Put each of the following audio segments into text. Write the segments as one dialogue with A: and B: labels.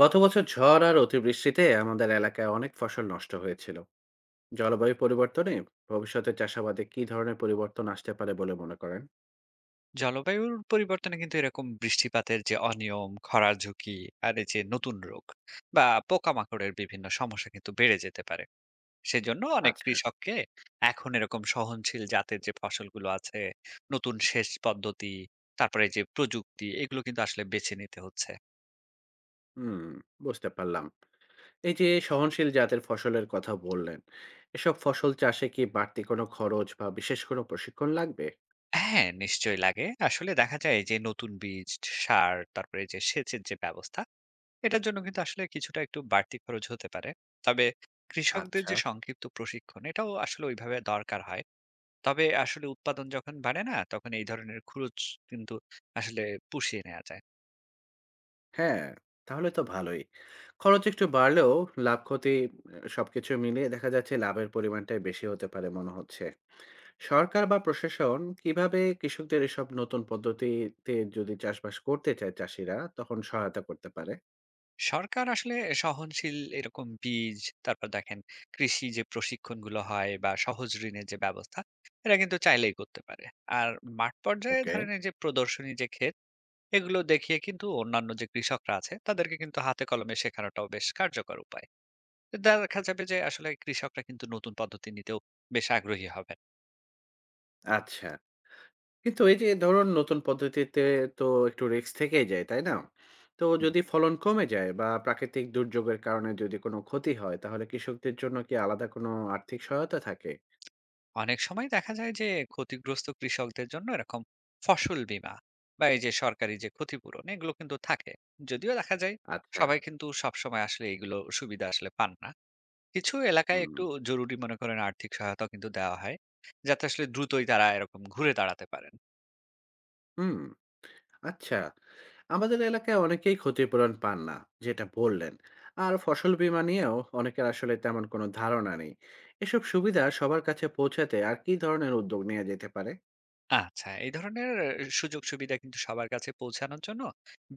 A: গত বছর ঝড় আর অতিবৃষ্টিতে আমাদের এলাকায় অনেক ফসল নষ্ট হয়েছিল। জলবায়ু পরিবর্তনে ভবিষ্যতে চাষাবাদে কি ধরনের পরিবর্তন আসতে পারে বলে মনে করেন?
B: জলবায়ুর পরিবর্তনে কিন্তু এরকম বৃষ্টিপাতের যে অনিয়ম খরার ঝুঁকি আর এই যে নতুন রোগ বা পোকামাকড়ের বিভিন্ন সমস্যা কিন্তু বেড়ে যেতে পারে। সেজন্য অনেক
A: আচ্ছা।
B: কৃষককে এখন এরকম সহনশীল জাতের যে ফসলগুলো আছে, নতুন সেচ পদ্ধতি, তারপরে যে প্রযুক্তি এগুলো কিন্তু আসলে বেছে নিতে হচ্ছে।
A: হুম, বুঝতে পারলাম। এই যে সহনশীল জাতের ফসলের কথা বললেন, এসব ফসল চাষে কি বাড়তি কোনো খরচ বা বিশেষ কোনো প্রশিক্ষণ লাগবে?
B: হ্যাঁ, নিশ্চয়ই লাগে। আসলে দেখা যায় যে নতুন বীজ, সার, তারপরে যে সেচের যে ব্যবস্থা এটার জন্য কিন্তু আসলে কিছুটা একটু বাড়তি খরচ হতে পারে। তবে কৃষকদের
A: আচ্ছা।
B: যে সংক্ষিপ্ত প্রশিক্ষণ এটাও আসলে ওইভাবে দরকার হয়। তবে আসলে উৎপাদন যখন বাড়ে না তখন এই ধরনের খরচ কিন্তু আসলে পুষিয়ে নেওয়া যায়।
A: হ্যাঁ, তাহলে তো ভালোই। খরচ একটু বাড়লেও লাভ ক্ষতি সবকিছু মিলিয়ে দেখা যাচ্ছে লাভের পরিমাণটাই বেশি হতে পারে মনে হচ্ছে। সরকার বা প্রশাসন কিভাবে কৃষকদের এসব নতুন পদ্ধতিতে যদি চাষবাস করতে চায় চাষিরা তখন সহায়তা করতে পারে?
B: সরকার আসলে সহনশীল এরকম বীজ, তারপর দেখেন কৃষি যে প্রশিক্ষণগুলো হয় বা সহজ ঋণের যে ব্যবস্থা এটা কিন্তু চাইলেই করতে পারে। আর মাঠ পর্যায়ে
A: ওকে।
B: ধরেন এই যে প্রদর্শনী যে ক্ষেত এগুলো দেখিয়ে কিন্তু অন্যান্য যে কৃষকরা আছে তাদেরকে কিন্তু হাতে কলমে শেখানোটাও বেশ কার্যকর উপায়। দেখা যাবে যে আসলে কৃষকরা কিন্তু নতুন পদ্ধতি নিতেও বেশ আগ্রহী হবেন।
A: আচ্ছা, কিন্তু এই যে ধরুন নতুন পদ্ধতিতে তো একটু রিস্ক থেকেই যায়, তাই না? তো
B: হুম,
A: যদি ফলন কমে যায় বা প্রাকৃতিক দুর্যোগের কারণে যদি কোনো ক্ষতি হয় তাহলে কৃষকদের জন্য কি আলাদা কোনো আর্থিক সহায়তা থাকে?
B: অনেক সময় দেখা যায় যে ক্ষতিগ্রস্ত কৃষকদের জন্য এরকম ফসল বীমা বা এই যে সরকারি যে ক্ষতিপূরণ এগুলো কিন্তু থাকে। যদিও দেখা যায়
A: আচ্ছা।
B: সবাই কিন্তু সবসময় আসলে এগুলো সুবিধা আসলে পান না। কিছু এলাকায়
A: হুম।
B: একটু জরুরি মনে করেন আর্থিক সহায়তা কিন্তু দেওয়া হয়, যাতে আসলে দ্রুতই তারা এরকম ঘুরে দাঁড়াতে পারেন।
A: হুম। আচ্ছা, আমাদের এলাকায় অনেকেই ক্ষতিপূরণ পান না, যেটা বললেন। আর ফসল বীমা নিয়েও অনেকের আসলে তেমন কোনো ধারণা নেই। এসব সুবিধা সবার কাছে পৌঁছাতে আর কি ধরনের উদ্যোগ নেওয়া যেতে পারে?
B: আচ্ছা, এই ধরনের সুযোগ-সুবিধা কিন্তু সবার কাছে পৌঁছানোর জন্য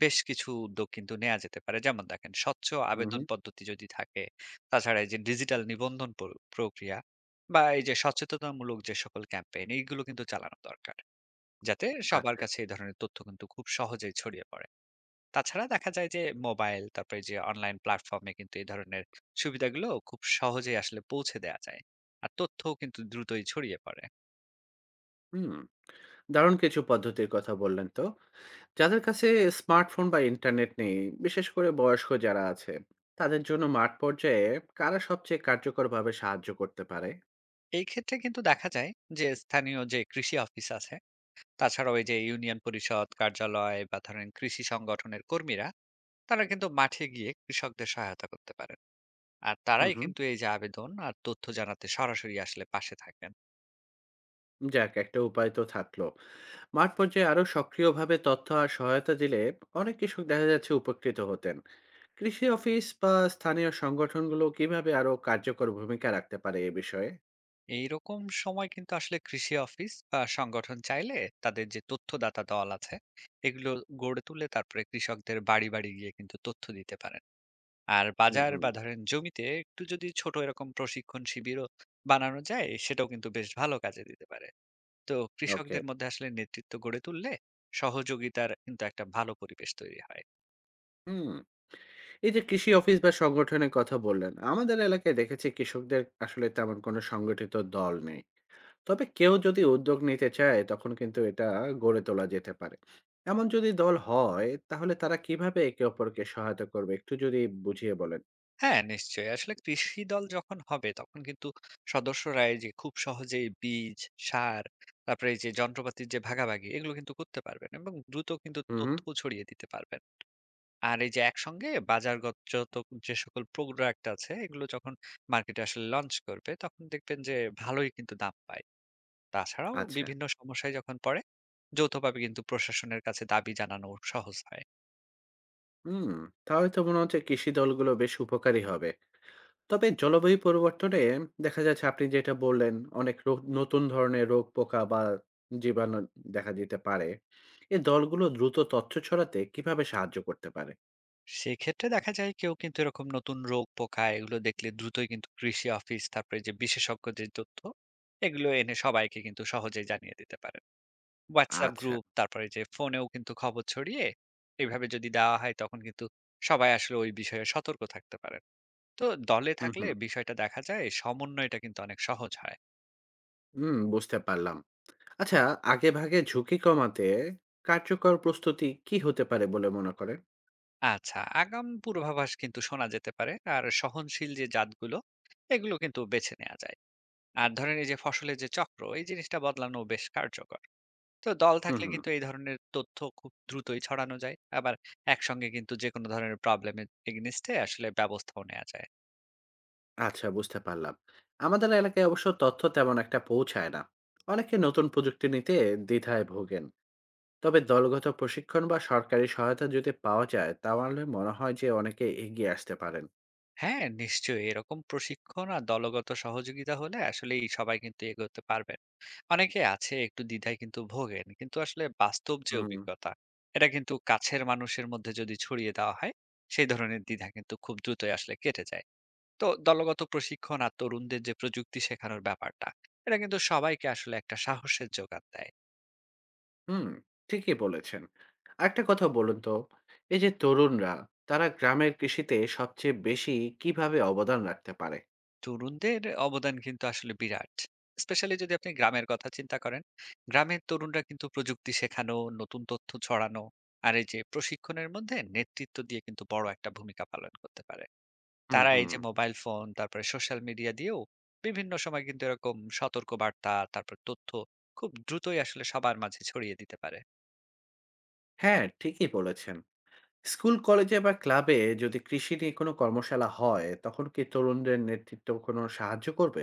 B: বেশ কিছু উদ্যোগ কিন্তু নেয়া যেতে পারে। যেমন দেখেন, স্বচ্ছ
A: হুম
B: আবেদন
A: হুম
B: পদ্ধতি যদি থাকে, তাছাড়া এই যে ডিজিটাল নিবন্ধন প্রক্রিয়া বা এই যে সচেতনতামূলক যে সকল ক্যাম্পেইন, এইগুলো কিন্তু চালানো দরকার। যাতে সবার
A: আচ্ছা।
B: কাছে এই ধরনের তথ্য কিন্তু খুব সহজেই ছড়িয়ে পড়ে। তাছাড়া দেখা যায় যে মোবাইল, তারপরে যে অনলাইন প্ল্যাটফর্মে কিন্তু এই ধরনের সুবিধাগুলো খুব সহজেই আসলে পৌঁছে দেয়া যায়। আর তথ্যও কিন্তু দ্রুতই ছড়িয়ে পড়ে।
A: হুম, দারুণ কিছু পদ্ধতির কথা বললেন তো। যাদের কাছে স্মার্টফোন বা ইন্টারনেট নেই, বিশেষ করে বয়স্ক যারা আছে, তাদের জন্য মাঠ পর্যায়ে কারা সবচেয়ে কার্যকরভাবে সাহায্য করতে পারে?
B: এই ক্ষেত্রে কিন্তু দেখা যায় যে স্থানীয় যে কৃষি অফিস আছে, তাছাড়াও এই যে ইউনিয়ন পরিষদ কার্যালয় বা ধরেন কৃষি সংগঠনের কর্মীরা তারা কিন্তু মাঠে গিয়ে কৃষকদের সহায়তা করতে পারেন। আর
A: হুম
B: তারাই
A: হুম
B: কিন্তু এই যে আবেদন আর তথ্য জানাতে সরাসরি আসলে পাশে থাকেন।
A: যাক, একটা উপায় তো থাকলো। মাঠ পর্যায়ে আরো সক্রিয়ভাবে তথ্য আর সহায়তা দিলে অনেক কৃষক দেখা যাচ্ছে উপকৃত হতেন। কৃষি অফিস বা স্থানীয় সংগঠনগুলো কিভাবে আরো কার্যকর ভূমিকা রাখতে পারে এ বিষয়ে?
B: এইরকম সময় কিন্তু আসলে কৃষি অফিস বা সংগঠন চাইলে তাদের যে তথ্যদাতা দল আছে এগুলো গড়ে তুলে তারপরে কৃষকদের বাড়ি বাড়ি গিয়ে কিন্তু তথ্য দিতে পারে। আর
A: হুম,
B: বাজার
A: হুম।
B: বা ধরেন জমিতে একটু যদি ছোট এরকম প্রশিক্ষণ শিবিরও বানানো যায় সেটাও কিন্তু বেশ ভালো কাজে দিতে পারে। তো
A: ওকে।
B: কৃষকদের মধ্যে আসলে নেতৃত্ব গড়ে তুললে সহযোগিতার কিন্তু একটা ভালো পরিবেশ তৈরি হয়।
A: হুম। এই যে কৃষি অফিস বা সংগঠনের কথা বললেন, আমাদের এলাকায় দেখেছি কৃষকদের আসলে তেমন কোনো সংগঠিত দল নেই। তবে কেউ যদি উদ্যোগ নিতে চায় তখন কিন্তু এটা গড়ে তোলা যেতে পারে। এমন যদি দল হয় তাহলে তারা কিভাবে একে অপরকে সহায়তা করবে একটু যদি বুঝিয়ে বলেন।
B: হ্যাঁ, নিশ্চয়ই। আসলে কৃষি দল যখন হবে তখন কিন্তু সদস্যরা এই যে খুব সহজেই বীজ, সার, তারপরে এই যে যন্ত্রপাতির যে ভাগাভাগি এগুলো কিন্তু করতে পারবেন এবং দ্রুত কিন্তু
A: হুম হুম,
B: তথ্য ছড়িয়ে দিতে পারবেন। আর এই যে একসঙ্গে বাজারগতযত যে সকল প্রোডাক্ট আছে এগুলো যখন মার্কেটে আসলে লঞ্চ করবে তখন দেখবেন যে ভালোই কিন্তু দাম পায়। তাছাড়াও
A: আচ্ছা।
B: বিভিন্ন সমস্যায় যখন পড়ে যৌথভাবে কিন্তু প্রশাসনের কাছে দাবি জানানো সহজ হয়।
A: হুম, তাহলে তো মনে হচ্ছে কৃষি দলগুলো বেশ উপকারী হবে। তবে জলবায়ু পরিবর্তনে দেখা যাচ্ছে আপনি যেটা বললেন, অনেক নতুন ধরনের রোগ পোকা বা জীবাণু দেখা দিতে পারে। এ দলগুলো দ্রুত তথ্য ছড়াতে কিভাবে সাহায্য করতে পারে?
B: সেক্ষেত্রে দেখা যায় কেউ কিন্তু এরকম নতুন রোগ পোকা এগুলো দেখলে দ্রুতই কিন্তু কৃষি অফিস তারপরে যে বিশেষজ্ঞদের তথ্য এগুলো এনে সবাইকে কিন্তু সহজেই জানিয়ে দিতে পারে। WhatsApp
A: আচ্ছা।
B: গ্রুপ তারপরে যে ফোনেও কিন্তু খবর ছড়িয়ে এইভাবে যদি দেওয়া হয় তখন কিন্তু সবাই আসলে ওই বিষয়ে সতর্ক থাকতে পারে। তো দলে
A: হুম
B: থাকলে
A: হুম
B: বিষয়টা দেখা যায় সমন্বয়টা কিন্তু অনেক সহজ হয়।
A: হুম, বুঝতে পারলাম। আচ্ছা, আগে ভাগে ঝুঁকি কমাতে কার্যকর প্রস্তুতি কি হতে পারে বলে মনে করেন?
B: আচ্ছা, আগাম পূর্বাভাস কিন্তু শোনা যেতে পারে। আর সহনশীল যে জাতগুলো এগুলো কিন্তু বেছে নেওয়া যায়। আর ধরেন এই যে ফসলের যে চক্র এই জিনিসটা বদলানো বেশ কার্যকর। তো দল
A: হুম
B: থাকলে
A: হুম
B: কিন্তু এই ধরনের তথ্য খুব দ্রুতই ছড়ানো যায়, আবার একসঙ্গে কিন্তু যে কোনো ধরনের প্রবলেমের এগেনিস্টে আসলে ব্যবস্থাও নেওয়া যায়।
A: আচ্ছা, বুঝতে পারলাম। আমাদের এলাকায় অবশ্য তথ্য তেমন একটা পৌঁছায় না, অনেকে নতুন প্রযুক্তি নিতে দ্বিধায় ভোগেন। তবে দলগত প্রশিক্ষণ বা সরকারি সহায়তা যদি পাওয়া যায় তাহলে মনে হয় যে অনেকে এগিয়ে আসতে পারেন।
B: হ্যাঁ, নিশ্চয়ই। এরকম প্রশিক্ষণ আর দলগত সহযোগিতা হলে আসলেই সবাই কিন্তু এগোতে পারবেন। অনেকে আছে একটু দ্বিধায় কিন্তু ভোগেন। কিন্তু আসলে বাস্তব যে
A: হুম
B: অভিজ্ঞতা, এটা কিন্তু কাছের মানুষের মধ্যে যদি ছড়িয়ে দেওয়া হয়, সেই ধরনের দ্বিধা কিন্তু খুব দ্রুতই আসলে কেটে যায়। তো দলগত প্রশিক্ষণ আর তরুণদের যে প্রযুক্তি শেখানোর ব্যাপারটা, এটা কিন্তু সবাইকে আসলে একটা সাহসের যোগান দেয়।
A: হুম ঠিকই বলেছেন। একটা কথা বলুন তো, এই যে তরুণরা, তারা গ্রামের কৃষিতে সবচেয়ে বেশি কিভাবে অবদান রাখতে পারে?
B: তরুণদের অবদান কিন্তু আসলে বিরাট। স্পেশালি যদি আপনি গ্রামের কথা চিন্তা করেন, গ্রামের তরুণরা কিন্তু প্রযুক্তি শেখানো, নতুন তথ্য ছড়ানো আর এই যে প্রশিক্ষণের মধ্যে নেতৃত্ব দিয়ে কিন্তু বড় একটা ভূমিকা পালন করতে পারে।
A: হুম,
B: তারা এই
A: হুম।
B: যে মোবাইল ফোন, তারপরে সোশ্যাল মিডিয়া দিয়েও বিভিন্ন সময় কিন্তু এরকম সতর্ক বার্তা, তারপর তথ্য খুব দ্রুতই আসলে সবার মাঝে ছড়িয়ে দিতে পারে।
A: হ্যাঁ, ঠিকই বলেছেন। স্কুল, কলেজে বা ক্লাবে যদি কৃষি নিয়ে কোনো কর্মশালা হয়, তখন কি তরুণদের নেতৃত্ব কোনো সাহায্য করবে?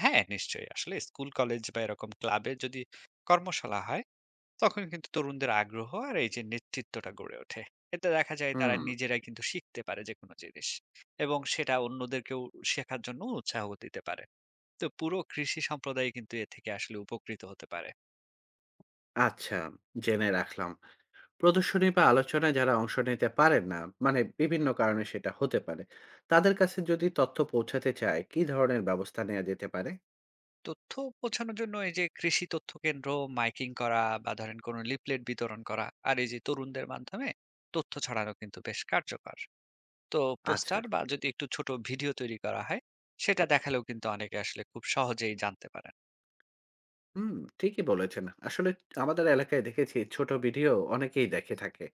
B: হ্যাঁ, নিশ্চয়ই। আসলে স্কুল, কলেজ বা এরকম ক্লাবে যদি কর্মশালা হয় তখন কিন্তু তরুণদের আগ্রহ আর এই যে নেতৃত্বটা গড়ে ওঠে। এতে দেখা যায় তারা
A: হুম।
B: নিজেরাই কিন্তু শিখতে পারে যে কোনো জিনিস এবং সেটা অন্যদেরকেও শেখার জন্য উৎসাহ দিতে পারে। তো পুরো কৃষি সম্প্রদায় কিন্তু এ থেকে আসলে উপকৃত হতে পারে।
A: আচ্ছা, জেনে রাখলাম। প্রদর্শনী বা আলোচনায় যারা অংশ নিতে পারেন না, মানে বিভিন্ন কারণে সেটা হতে পারে, তাদের কাছে যদি তথ্য পৌঁছাতে চায়, কি ধরনের ব্যবস্থা নেওয়া যেতে পারে?
B: তথ্য পৌঁছানোর জন্য এই যে কৃষি তথ্য কেন্দ্র, মাইকিং করা বা ধরেন কোনো লিফলেট বিতরণ করা আর এই যে তরুণদের মাধ্যমে তথ্য ছড়ানো কিন্তু বেশ কার্যকর। তো
A: আচ্ছা।
B: পোস্টার বা যদি একটু ছোট ভিডিও তৈরি করা হয় সেটা দেখালেও কিন্তু অনেকে আসলে খুব সহজেই জানতে পারে।
A: হুম, ঠিকই বলেছেন। আসলে আমাদের এলাকায় দেখেছি ছোট ভিডিও অনেকেই দেখে থাকে।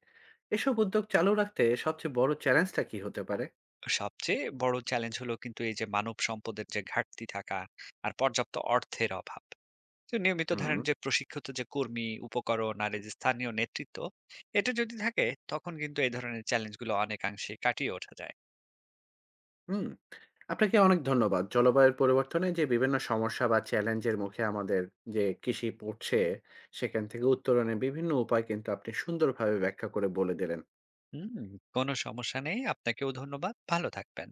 A: এসব উদ্যোগ চালু রাখতে সবচেয়ে বড় চ্যালেঞ্জটা কি হতে পারে?
B: সবচেয়ে বড় চ্যালেঞ্জ হলো কিন্তু এই যে মানব সম্পদের যে ঘাটতি থাকা আর পর্যাপ্ত অর্থের অভাব। তো নিয়মিত
A: হুম।
B: ধরেন যে প্রশিক্ষিত যে কর্মী উপকরণ আর এই যে স্থানীয় নেতৃত্ব এটা যদি থাকে তখন কিন্তু এই ধরনের চ্যালেঞ্জগুলো অনেকাংশে কাটিয়ে ওঠা যায়।
A: হুম, আপনাকে অনেক ধন্যবাদ। জলবায়ুর পরিবর্তনে যে বিভিন্ন সমস্যা বা চ্যালেঞ্জের মুখে আমাদের যে কৃষি পড়ছে, সেখান থেকে উত্তরণের বিভিন্ন উপায় কিন্তু আপনি সুন্দরভাবে ব্যাখ্যা করে বলে দিলেন।
B: হুম। কোনো সমস্যা নেই, আপনাকেও ধন্যবাদ। ভালো থাকবেন।